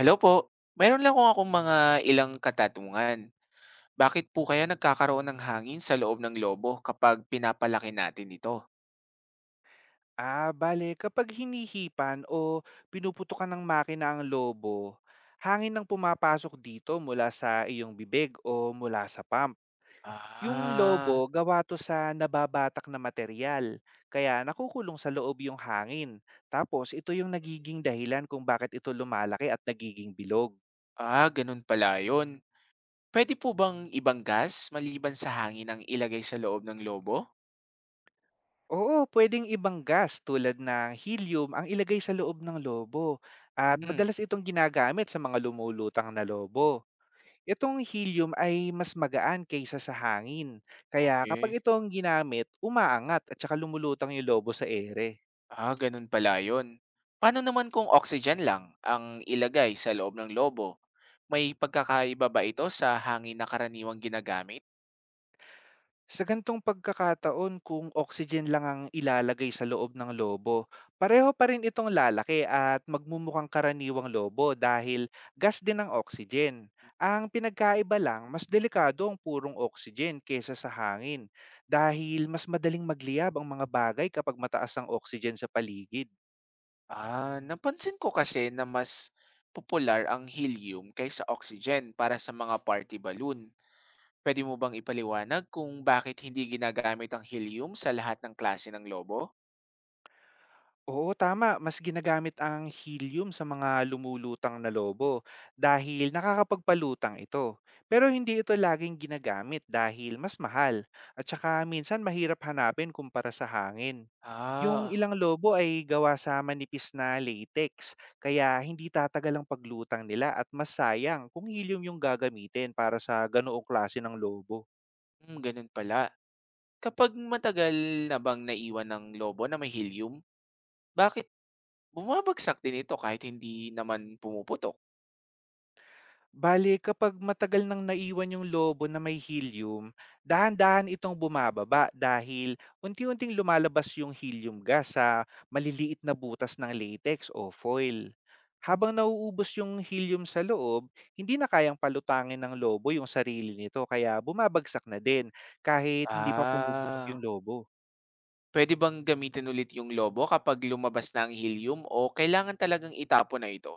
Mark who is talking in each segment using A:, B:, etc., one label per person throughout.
A: Hello po. Meron lang kung akong mga ilang katanungan. Bakit po kaya nagkakaroon ng hangin sa loob ng lobo kapag pinapalaki natin ito?
B: Bale kapag hinihipan o pinuputukan ng makina ang lobo, hangin ang pumapasok dito mula sa iyong bibig o mula sa pump. Yung
A: Ah,
B: lobo gawa to sa nababatak na material, kaya nakukulong sa loob yung hangin. Tapos ito yung nagiging dahilan kung bakit ito lumalaki at nagiging bilog.
A: Ganun pala yun. Pwede po bang ibang gas maliban sa hangin ang ilagay sa loob ng lobo?
B: Oo, pwedeng ibang gas tulad ng helium ang ilagay sa loob ng lobo at
A: Hmm,
B: madalas itong ginagamit sa mga lumulutang na lobo. Itong helium ay mas magaan kaysa sa hangin. Kaya
A: okay.
B: kapag itong ginamit, umaangat at saka lumulutang yung lobo sa ere.
A: Ah, ganun pala yun. Paano naman kung oxygen lang ang ilagay sa loob ng lobo? May pagkakaiba ba ito sa hangin na karaniwang ginagamit?
B: Sa gantong pagkakataon, kung oxygen lang ang ilalagay sa loob ng lobo, pareho pa rin itong lalaki at magmumukhang karaniwang lobo dahil gas din ang oxygen. Ang pinagkaiba lang, mas delikado ang purong oxygen kaysa sa hangin dahil mas madaling magliyab ang mga bagay kapag mataas ang oxygen sa paligid.
A: Ah, napansin ko kasi na mas popular ang helium kaysa oxygen para sa mga party balloon. Pwede mo bang ipaliwanag kung bakit hindi ginagamit ang helium sa lahat ng klase ng lobo?
B: Oo, tama. Mas ginagamit ang helium sa mga lumulutang na lobo dahil nakakapagpalutang ito. Pero hindi ito laging ginagamit dahil mas mahal at saka minsan mahirap hanapin kumpara sa hangin. Yung
A: Ah,
B: ilang lobo ay gawa sa manipis na latex, kaya hindi tatagal ang paglutang nila at mas sayang kung helium yung gagamitin para sa ganoong klase ng lobo.
A: mm, ganun pala. Kapag matagal na bang naiwan ng lobo na may helium, bakit bumabagsak din ito kahit hindi naman pumuputok?
B: Bale, kapag matagal nang naiwan yung lobo na may helium, dahan-dahan itong bumababa dahil unti-unting lumalabas yung helium gas sa maliliit na butas ng latex o foil. Habang nauubos yung helium sa loob, hindi na kayang palutangin ng lobo yung sarili nito, kaya bumabagsak na din kahit hindi pa pumuputok
A: Ah,
B: yung lobo.
A: pwede bang gamitin ulit yung lobo kapag lumabas na ang helium o kailangan talagang itapon na ito?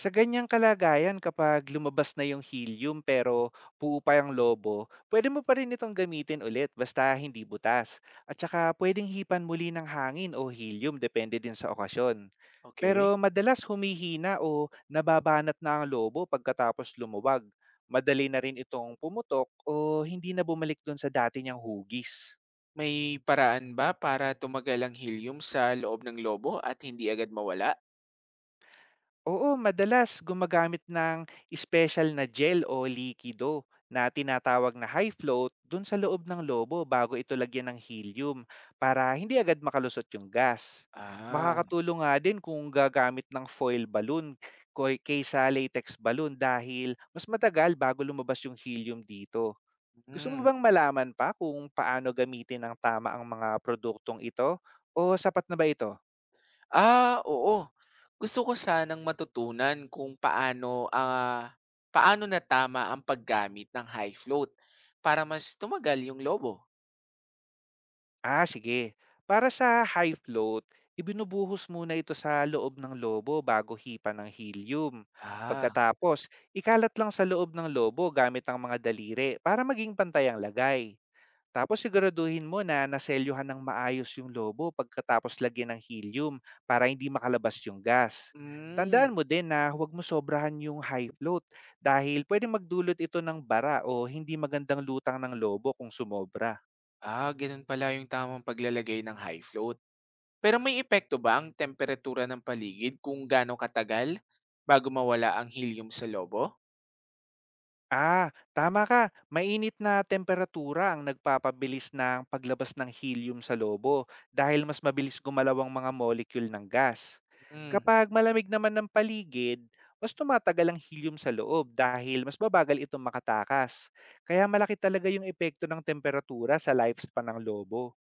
B: Sa ganyang kalagayan, kapag lumabas na yung helium pero buo pa yung lobo, pwede mo pa rin itong gamitin ulit basta hindi butas. At saka pwedeng hipan muli ng hangin o helium depende din sa okasyon.
A: Okay.
B: Pero madalas humihina o nababanat na ang lobo pagkatapos lumuwag. Madali na rin itong pumutok o hindi na bumalik dun sa dati niyang hugis.
A: May paraan ba para tumagal ang helium sa loob ng lobo at hindi agad mawala?
B: Oo, madalas gumagamit ng special na gel o likido na tinatawag na high float dun sa loob ng lobo bago ito lagyan ng helium para hindi agad makalusot yung gas.
A: Ah,
B: Makakatulong nga din kung gagamit ng foil balloon kaysa latex balloon dahil mas matagal bago lumabas yung helium dito. Gusto mo
A: hmm.
B: bang malaman pa kung paano gamitin ng tama ang mga produktong ito o sapat na ba ito?
A: Ah, oo. Gusto ko sanang matutunan kung paano paano na tama ang paggamit ng high float para mas tumagal yung lobo.
B: Sige. Para sa high float, ibinubuhos muna ito sa loob ng lobo bago hipa ng helium.
A: Ah,
B: Pagkatapos, ikalat lang sa loob ng lobo gamit ang mga daliri para maging pantay ang lagay. Tapos siguraduhin mo na naselyuhan ng maayos yung lobo pagkatapos lagyan ng helium para hindi makalabas yung gas. Tandaan
A: hmm.
B: mo din na huwag mo sobrahan yung high float dahil pwede magdulot ito ng bara o hindi magandang lutang ng lobo kung sumobra.
A: Ah, ganun pala yung tamang paglalagay ng high float. Pero may epekto ba ang temperatura ng paligid kung gaano katagal bago mawala ang helium sa lobo?
B: Ah, tama ka. Mainit na temperatura ang nagpapabilis ng paglabas ng helium sa lobo dahil mas mabilis gumalaw ang mga molecule ng gas.
A: Hmm.
B: Kapag malamig naman ng paligid, mas tumatagal ang helium sa loob dahil mas babagal itong makatakas. Kaya malaki talaga yung epekto ng temperatura sa lifespan ng lobo.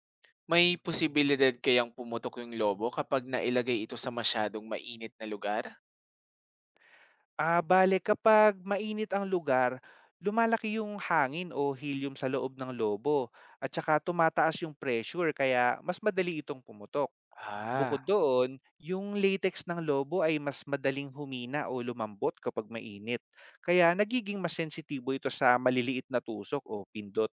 A: May posibilidad kayang pumutok yung lobo kapag nailagay ito sa masyadong mainit na lugar?
B: Bale kapag mainit ang lugar, lumalaki yung hangin o helium sa loob ng lobo at saka tumataas yung pressure, kaya mas madali itong pumutok.
A: Ah,
B: Bukod doon, yung latex ng lobo ay mas madaling humina o lumambot kapag mainit. Kaya nagiging mas sensitibo ito sa maliliit na tusok o pindot.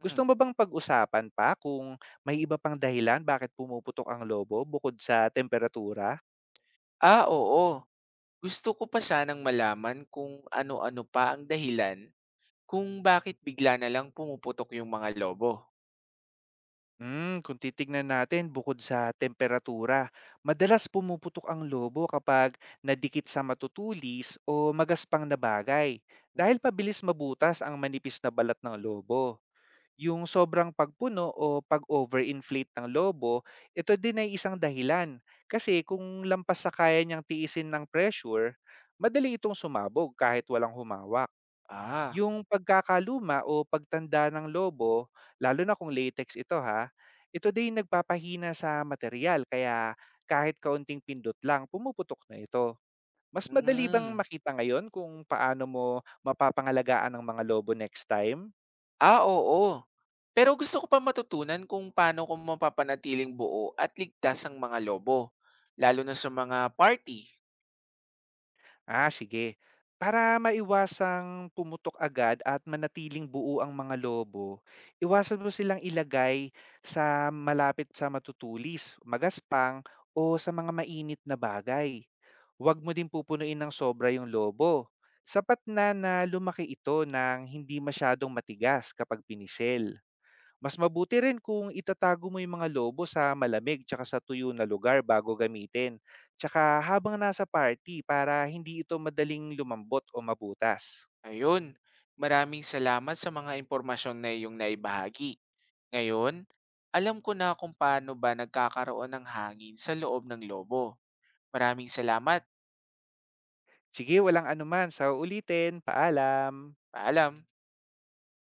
A: hmm.
B: mo bang pag-usapan pa kung may iba pang dahilan bakit pumuputok ang lobo bukod sa temperatura?
A: Ah, oo. Gusto ko pa sanang malaman kung ano-ano pa ang dahilan kung bakit bigla na lang pumuputok yung mga lobo.
B: Hmm, kung titignan natin bukod sa temperatura, madalas pumuputok ang lobo kapag nadikit sa matutulis o magaspang na bagay
A: Hmm.
B: dahil pabilis mabutas ang manipis na balat ng lobo. Yung sobrang pagpuno o pag-overinflate ng lobo, ito din ay isang dahilan, kasi kung lampas sa kaya niyang tiisin ng pressure, madali itong sumabog kahit walang humawak.
A: Ah,
B: Yung pagkakaluma o pagtanda ng lobo, lalo na kung latex ito ha, ito din nagpapahina sa material, kaya kahit kaunting pindot lang pumuputok na ito. Mas madali bang
A: hmm.
B: makita ngayon kung paano mo mapapangalagaan ang mga lobo next time?
A: Ah, oo. Pero gusto ko pa matutunan kung paano ko mapapanatiling buo at ligtas ang mga lobo, lalo na sa mga party.
B: Ah, sige. Para maiwasang pumutok agad at manatiling buo ang mga lobo, iwasan mo silang ilagay sa malapit sa matutulis, magaspang o sa mga mainit na bagay. Huwag mo din pupunuin ng sobra yung lobo. Sapat na na lumaki ito ng hindi masyadong matigas kapag pinisel. Mas mabuti rin kung itatago mo yung mga lobo sa malamig tsaka sa tuyo na lugar bago gamitin. Tsaka habang nasa party para hindi ito madaling lumambot o mabutas.
A: Ayun, maraming salamat sa mga impormasyon na iyong naibahagi. Ngayon, alam ko na kung paano ba nagkakaroon ng hangin sa loob ng lobo. Maraming salamat.
B: Sige, walang anuman. Sa ulitin, paalam.
A: Paalam.